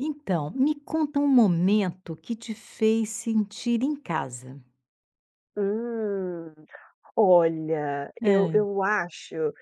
Então, me conta um momento que te fez sentir em casa. Hum, Olha, eu Hã, eu acho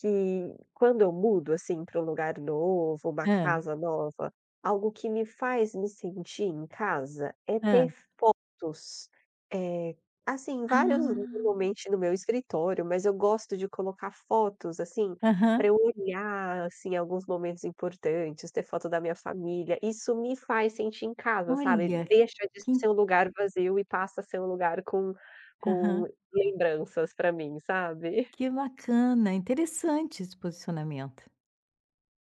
que quando eu mudo, assim, para um lugar novo, uma hã, casa nova, algo que me faz me sentir em casa é ter hã. fotos, eh, assim, vários Ah, normalmente no meu escritório, mas eu gosto de colocar fotos, assim, para Aham. eu olhar, assim, em alguns momentos importantes, ter foto da minha família. Isso me faz sentir em casa, sabe. olha, Deixa de que in ser um lugar vazio e passa a ser um lugar com com Aham. Lembranças pra mim, sabe? Que bacana, interessante esse posicionamento.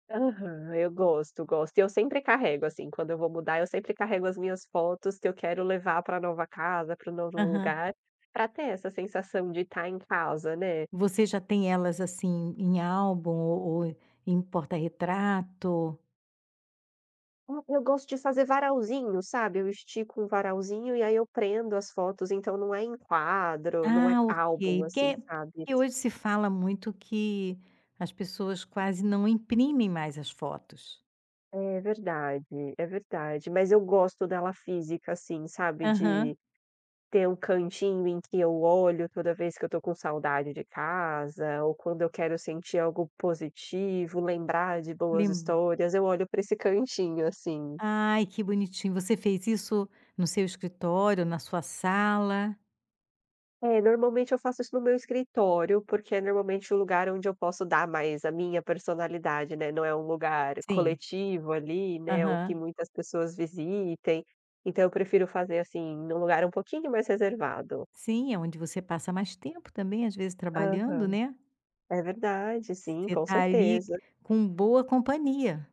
Aham, eu gosto, gosto. E eu sempre carrego, assim, quando eu vou mudar, eu sempre carrego as minhas fotos que eu quero levar pra nova casa, para o novo Aham. lugar, pra ter essa sensação de estar em casa, né. Você já tem elas, assim, em álbum ou em porta-retrato? Eu gosto de fazer varalzinho, sabe? Eu estico um varalzinho e aí eu prendo as fotos, então não é em quadro, não é Ah, ok, álbum, assim, porque sabe? porque hoje se fala muito que as pessoas quase não imprimem mais as fotos. É verdade, é verdade. Mas eu gosto dela física, assim, sabe, Aham. de ter um cantinho em que eu olho toda vez que eu estou com saudade de casa, ou quando eu quero sentir algo positivo, lembrar de boas Lem histórias, eu olho para esse cantinho, assim. Ai, que bonitinho. Você fez isso no seu escritório, na sua sala? É, normalmente eu faço isso no meu escritório, porque é normalmente o lugar onde eu posso dar mais a minha personalidade, né, não é um lugar Sim. coletivo ali, né, ou que Aham. muitas pessoas visitem, então eu prefiro fazer, assim, num lugar um pouquinho mais reservado. Sim, é onde você passa mais tempo também, às vezes, trabalhando, Aham. né. É verdade, sim, Você com está ali certeza. com boa companhia.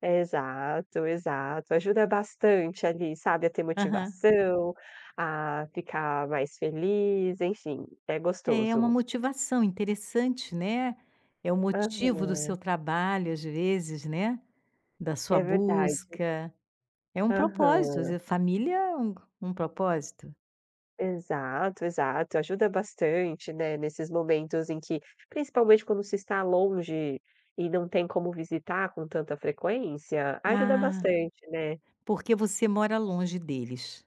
Exato, exato. Ajuda bastante ali, sabe, a ter Aham. motivação, a ficar mais feliz, enfim, é É uma gostoso. motivação interessante, né. É o motivo do Aham, seu trabalho, às vezes, né, da sua é verdade. busca. É um propósito, às Aham. vezes família é um propósito. Exato, exato. Ajuda bastante, né, nesses momentos em que principalmente quando se está longe e não tem como visitar com tanta frequência, ajuda Ah, bastante, né. porque você mora longe deles.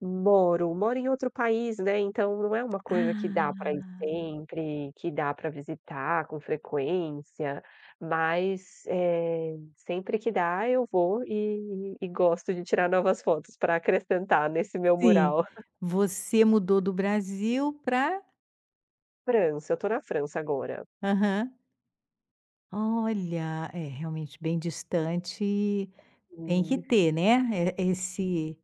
Moro, moro em outro país, né, então não é uma coisa que dá Ah. pra ir sempre, que dá pra visitar com frequência, mas, sempre que dá eu vou e gosto de tirar novas fotos pra acrescentar nesse meu Sim, mural. você mudou do Brasil para França, eu tô na França agora. aham. Olha, é realmente bem distante, tem que ter, né, esse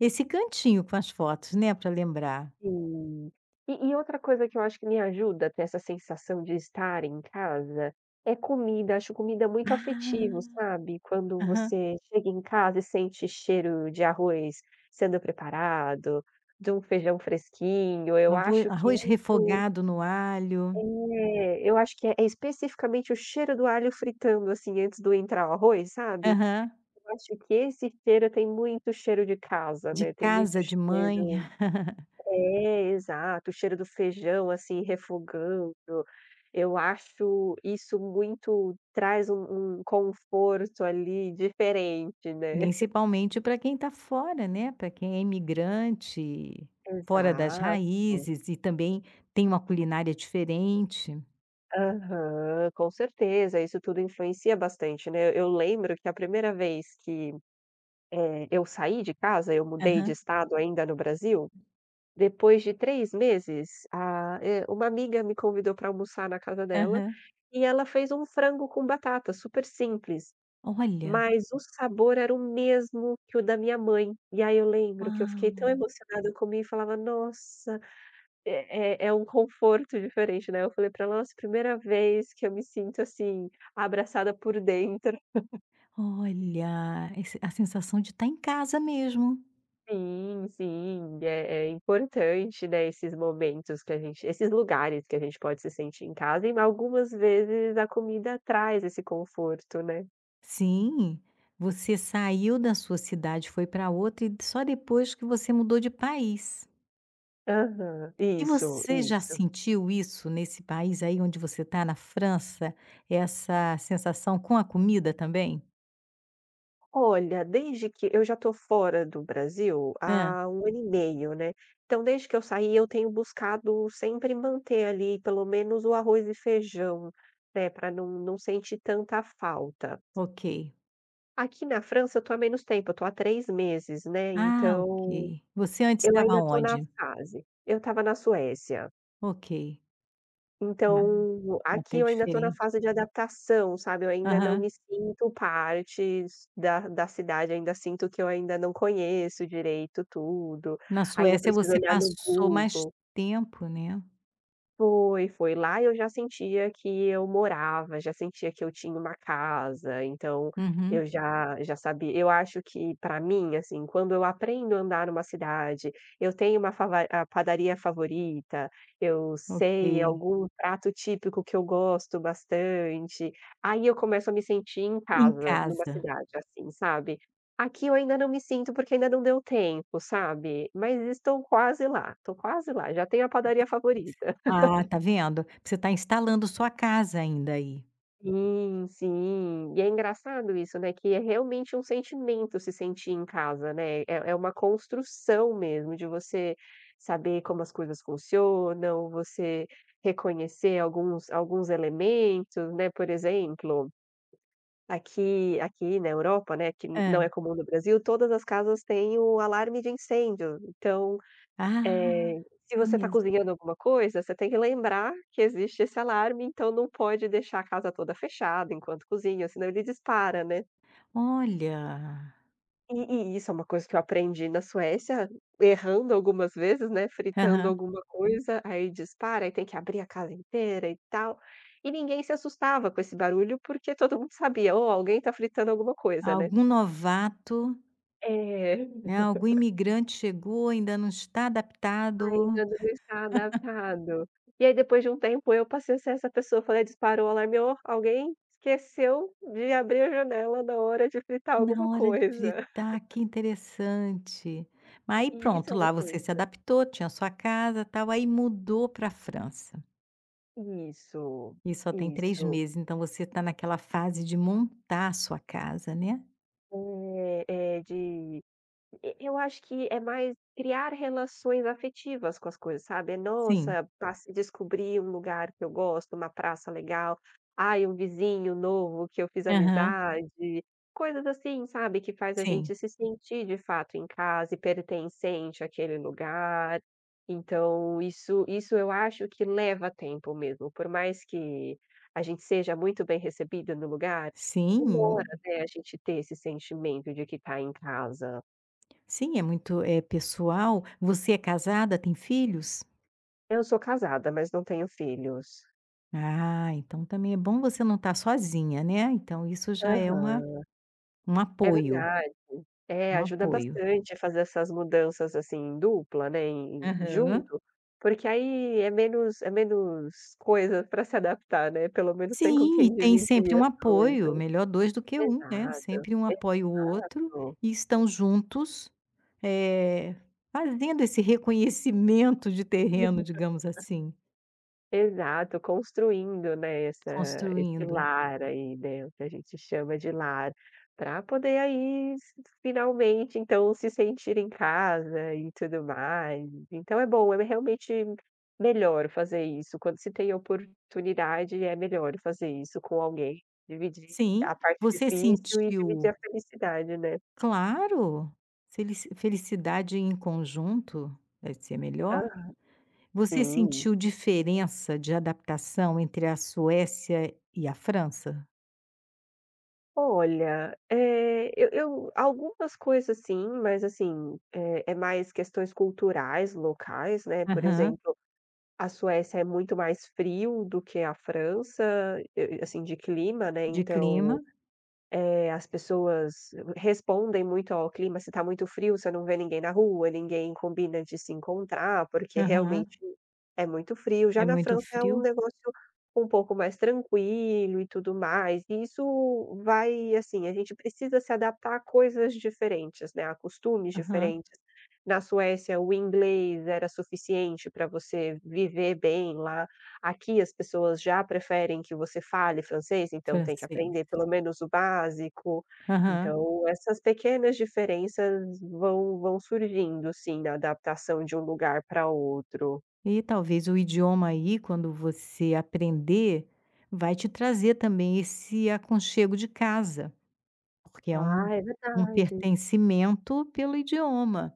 esse cantinho com as fotos, né, para lembrar. Sim. E outra coisa que eu acho que me ajuda a ter essa sensação de estar em casa, é comida. Acho comida muito afetivo, Ah, sabe. Quando aham. você chega em casa e sente cheiro de arroz sendo preparado, de um feijão fresquinho, eu Arvo acho que arroz refogado no alho. Eu acho que é especificamente o cheiro do alho fritando, assim, antes do entrar o arroz, sabe. Aham. Eu acho que esse cheiro tem muito cheiro de casa, De né, tem muito casa de mãe. cheiro. É, exato, o cheiro do feijão, assim, refogando, eu acho isso muito traz um conforto ali diferente, né. Principalmente para quem está fora, né, para quem é imigrante, fora das Exato. raízes e também tem uma culinária diferente. Aham, com certeza, isso tudo influencia bastante, né. Eu lembro que a primeira vez que, eu saí de casa, eu mudei de estado ainda no Brasil, depois de 3 meses, uma amiga me convidou para almoçar na casa dela, Aham. e ela fez um frango com batata, super simples. Olha, Mas o sabor era o mesmo que o da minha mãe. E aí eu lembro que eu fiquei tão uau, emocionada, eu comi e falava: "Nossa", é é é um conforto diferente, né. Eu falei pra ela: "Nossa, primeira vez que eu me sinto, assim, abraçada por dentro". olha, esse a sensação de estar em casa mesmo. Sim, sim, é é importante, né, esses momentos que a gente esses lugares que a gente pode se sentir em casa e algumas vezes a comida traz esse conforto, né. Sim, você saiu da sua cidade, foi para outra e só depois que você mudou de país. Aham, E isso, você já isso. sentiu isso nesse país aí onde você está, na França, essa sensação com a comida também? Olha, desde que eu já estou fora do Brasil Ah, há um ano e meio, né. Então desde que eu saí eu tenho buscado sempre manter ali pelo menos o arroz e feijão, né, para não sentir tanta falta. ok. Aqui na França eu estou há menos tempo, eu estou há 3 meses, né, Ah, então ok. Você antes eu estava ainda estou na onde? fase. Eu estava na Suécia. Ok, ma Então, aqui até eu ainda estou na diferente. fase de adaptação, sabe, eu ainda não Aham. me sinto parte da cidade, ainda sinto que eu ainda não conheço direito tudo, Na ainda Suécia preciso você olhar no passou mais Google. tempo, né. Foi, foi. Lá eu já sentia que eu morava, já sentia que eu tinha uma casa, então Uhum, eu já sabia. Eu acho que para mim, assim, quando eu aprendo a andar numa cidade, eu tenho uma fava a padaria favorita, eu ok. sei algum prato típico que eu gosto bastante, aí eu começo a me sentir em Em casa numa casa. cidade, assim, sabe. Aqui eu ainda não me sinto, porque ainda não deu tempo, sabe, mas estou quase lá, já tenho a padaria favorita. Ah, tá vendo? Você está instalando sua casa ainda aí. Sim, sim. E é engraçado isso, né, que é realmente um sentimento se sentir em casa, né, é é uma construção mesmo de você saber como as coisas funcionam, você reconhecer alguns elementos, né, por exemplo, aqui na Europa, né, que não Hã. é comum no Brasil, todas as casas têm o alarme de incêndio, então Ah, eh, se é você está mesmo. cozinhando alguma coisa, você tem que lembrar que existe esse alarme, então não pode deixar a casa toda fechada enquanto cozinha, senão ele dispara, né. Olha. E isso é uma coisa que eu aprendi na Suécia, errando algumas vezes, né, fritando Aham. alguma coisa, aí dispara, aí tem que abrir a casa inteira e tal. E ninguém se assustava com esse barulho, porque todo mundo sabia: "Oh, alguém está fritando alguma coisa", né. Algum novato, É. né, algum imigrante chegou, ainda não está adaptado, Ainda não está adaptado. E aí depois de um tempo eu passei a ser essa pessoa, falei: "Disparou o alarme, ó, alguém esqueceu de abrir a janela na hora de fritar na alguma hora de coisa". visitar, que interessante. Aí E isso é pronto, uma lá você se coisa. adaptou, tinha sua casa, tal, aí mudou para a França. Isso, E só tem 3 isso. meses, então você está naquela fase de montar a sua casa, né. é eh, de E eu acho que é mais criar relações afetivas com as coisas, sabe, é: Sim. "Nossa, passe descobri um lugar que eu gosto, uma praça legal. Ai, um vizinho novo que eu fiz Aham. amizade", coisas assim, sabe, que faz a Sim. gente se sentir de fato em casa e pertencente àquele lugar. Então isso eu acho que leva tempo mesmo, por mais que a gente seja muito bem recebida no lugar, demora, Sim, né, a gente ter esse sentimento de que está em casa. sim, é muito, é pessoal. Você é casada, tem filhos? Eu sou casada, mas não tenho filhos. Ah, então também é bom você não estar sozinha, né. Então isso já é uma Aham. um É apoio, verdade. É, um ajuda apoio. bastante fazer essas mudanças, assim, em dupla, né, em Aham. junto, porque aí é menos coisa pra se adaptar, né, pelo menos tem com Sim, e quem tem sempre dividir um as apoio, coisas. melhor 2 do que um, né, Exato, sempre um apoia o outro exato. e estão juntos, eh, fazendo esse reconhecimento de terreno, digamos assim, Exato, construindo, né, essa esse construindo. lar aí, né, o que a gente chama de lar, para poder aí s finalmente, então, se sentir em casa e tudo mais. Então é bom, é realmente melhor fazer isso, quando se tem oportunidade, é melhor fazer isso com alguém, dividir Sim, a parte você difícil e dividir sentiu a felicidade, né. claro, felicidade em conjunto vai ser melhor. Hã, Você sim. sentiu diferença de adaptação entre a Suécia e a França? Olha, eu algumas coisas sim, mas assim, é mais questões culturais, locais, né, por Aham. exemplo, a Suécia é muito mais frio do que a França, e assim, de clima, né, De então clima? As pessoas respondem muito ao clima, se está muito frio, você não vê ninguém na rua, ninguém combina de se encontrar, porque Aham. realmente é muito frio. Já É na muito França é um frio? negócio um pouco mais tranquilo e tudo mais, e isso vai assim, a gente precisa se adaptar a coisas diferentes, né, a costumes Aham. diferentes. Na Suécia, o inglês era suficiente para você viver bem lá. Aqui as pessoas já preferem que você fale francês, então tem que Francês. aprender pelo menos o básico. Aham. Então essas pequenas diferenças vão surgindo, sim, na adaptação de um lugar para outro. E talvez o idioma aí, quando você aprender, vai te trazer também esse aconchego de casa, porque é Ah, um é um verdade. pertencimento pelo idioma.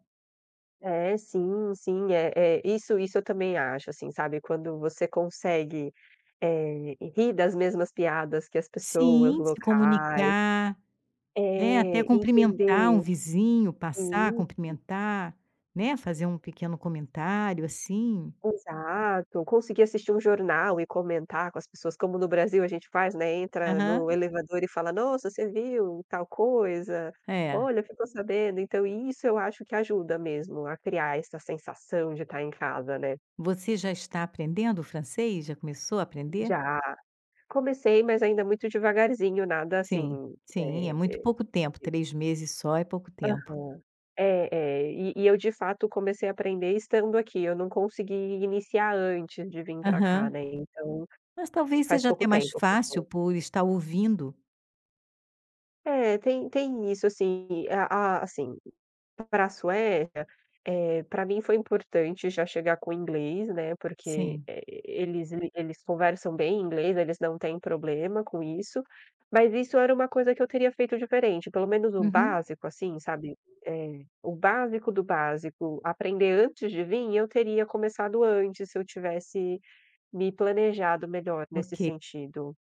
É, sim, sim, é isso eu também acho, assim, sabe, quando você consegue, rir das mesmas piadas que as pessoas Sim, se locais. comunicar, né, até É, cumprimentar um entender vizinho, passar, sim. cumprimentar, né, fazer um pequeno comentário, assim. Exato, conseguir assistir um jornal e comentar com as pessoas, como no Brasil a gente faz, né, entra no Aham. elevador e fala: "Nossa, você viu tal coisa? É. Olha, ficou sabendo?". Então isso eu acho que ajuda mesmo a criar essa sensação de estar em casa, né. Você já está aprendendo o francês? Já começou a aprender? Já, comecei, mas ainda muito devagarzinho, nada Sim, assim, sim, é eh muito eh pouco tempo, três meses só é pouco tempo. Aham. É, é, e eu de fato comecei a aprender estando aqui, eu não consegui iniciar antes de vir para cá, Aham. né, então Mas talvez faz seja pouco até mais tempo que eu fácil tô. por estar ouvindo. É, tem isso, assim, a assim, pra Suécia, pra mim foi importante já chegar com inglês, né, porque, Sim. Eles conversam bem inglês, eles não têm problema com isso, mas isso era uma coisa que eu teria feito diferente, pelo menos o Uhum. básico, assim, sabe, o básico do básico, aprender antes de vir eu teria começado antes, se eu tivesse me planejado melhor nesse Ok. sentido.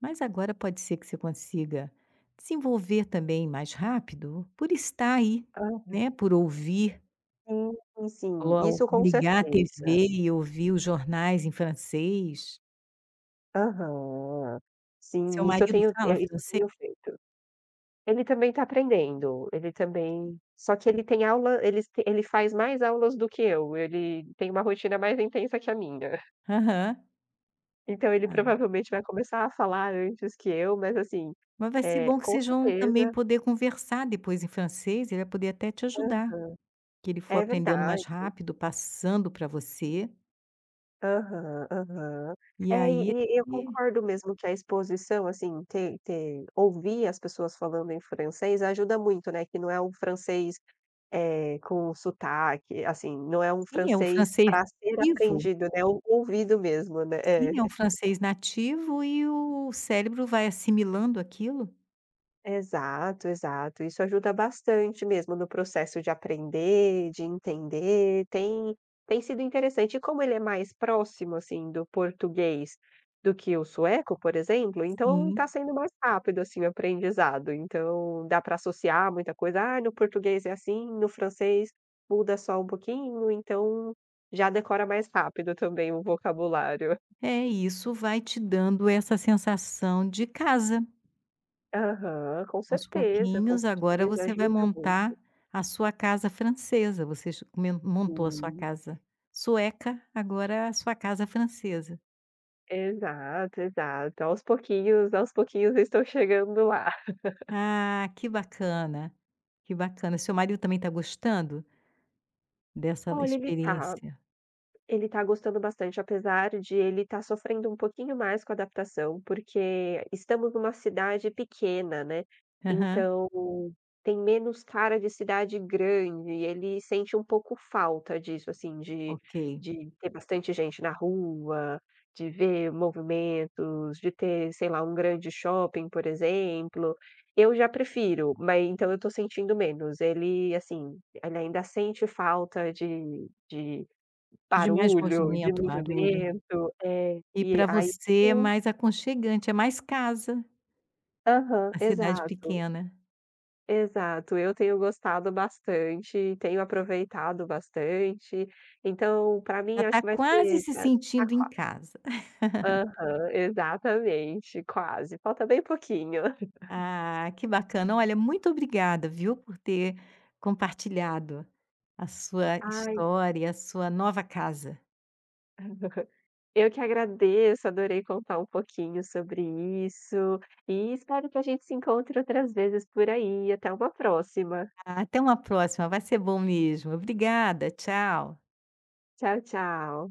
Mas agora pode ser que você consiga desenvolver também mais rápido por estar aí, Ah, né, por ouvir, sim, sim, sim, colo isso com ligar a certeza. TV e ouvir os jornais em francês. Aham. Sim, Seu marido fala isso eu francês? tenho feito. Ele também tá aprendendo, ele Ok. também só que ele tem aula ele faz mais aulas do que eu, ele tem uma rotina mais intensa que a minha. Aham. Então ele Tá. provavelmente vai começar a falar antes que eu, mas assim, Mas vai ser bom que com vocês vão também certeza. poder conversar depois em francês, ele vai poder até te ajudar. Aham. Que ele for É aprendendo verdade. mais rápido, passando para você, Aham, aham. e É, aí e eu ele concordo mesmo que a exposição, assim, ter ter ouvir as pessoas falando em francês ajuda muito, né, que não é um francês. É, com sotaque, assim, não é um sim, é o francês francês para ser vivo. aprendido, né, ou ouvido mesmo, né. É. Sim, é o francês nativo e o cérebro vai assimilando aquilo. Exato, exato. Isso ajuda bastante mesmo no processo de aprender, de entender. Tem sido interessante. E como ele é mais próximo, assim, do português do que o sueco, por exemplo, então está Sim. sendo mais rápido, assim, o aprendizado. Então dá para associar muita coisa. "Ah, no português é assim, no francês muda só um pouquinho", então já decora mais rápido também o vocabulário. É, isso vai te dando essa sensação de casa. Aham, com Aos certeza, com pouquinhos, agora certeza. você vai Ajuda muito. montar a sua casa francesa. Você j men montou a sua Sim. casa sueca, agora a sua casa francesa. Exato, exato. Aos pouquinhos eu estou chegando lá. Ah, que bacana, que bacana. Seu marido também está gostando? Dessa Olha, experiência. Ele tá gostando bastante, apesar de ele estar sofrendo um pouquinho mais com a adaptação, porque estamos numa cidade pequena, né, Aham, então tem menos cara de cidade grande e ele sente um pouco falta disso, assim, de ok. de ter bastante gente na rua, de ver movimentos, de ter, sei lá, um grande shopping, por exemplo. Eu já prefiro, mas então eu tô sentindo menos. Ele, assim, ele ainda sente falta de De mais barulho, de movimento, barulho. movimento, é, E e para aí você é eu mais aconchegante, é mais casa, aham, a cidade exato, pequena. exato. Eu tenho gostado bastante, tenho aproveitado bastante, então pra mim Já acho está que vai quase ser se tá tá sentindo em qua casa. aham, exatamente, quase, falta bem pouquinho. Ah, que bacana. Olha, muito obrigada, viu, por ter compartilhado a sua Ai, história e a sua nova casa. eu que agradeço, adorei contar um pouquinho sobre isso, e espero que a gente se encontre outras vezes por aí, até uma próxima. Até uma próxima, vai ser bom mesmo. Obrigada, tchau. Tchau, tchau.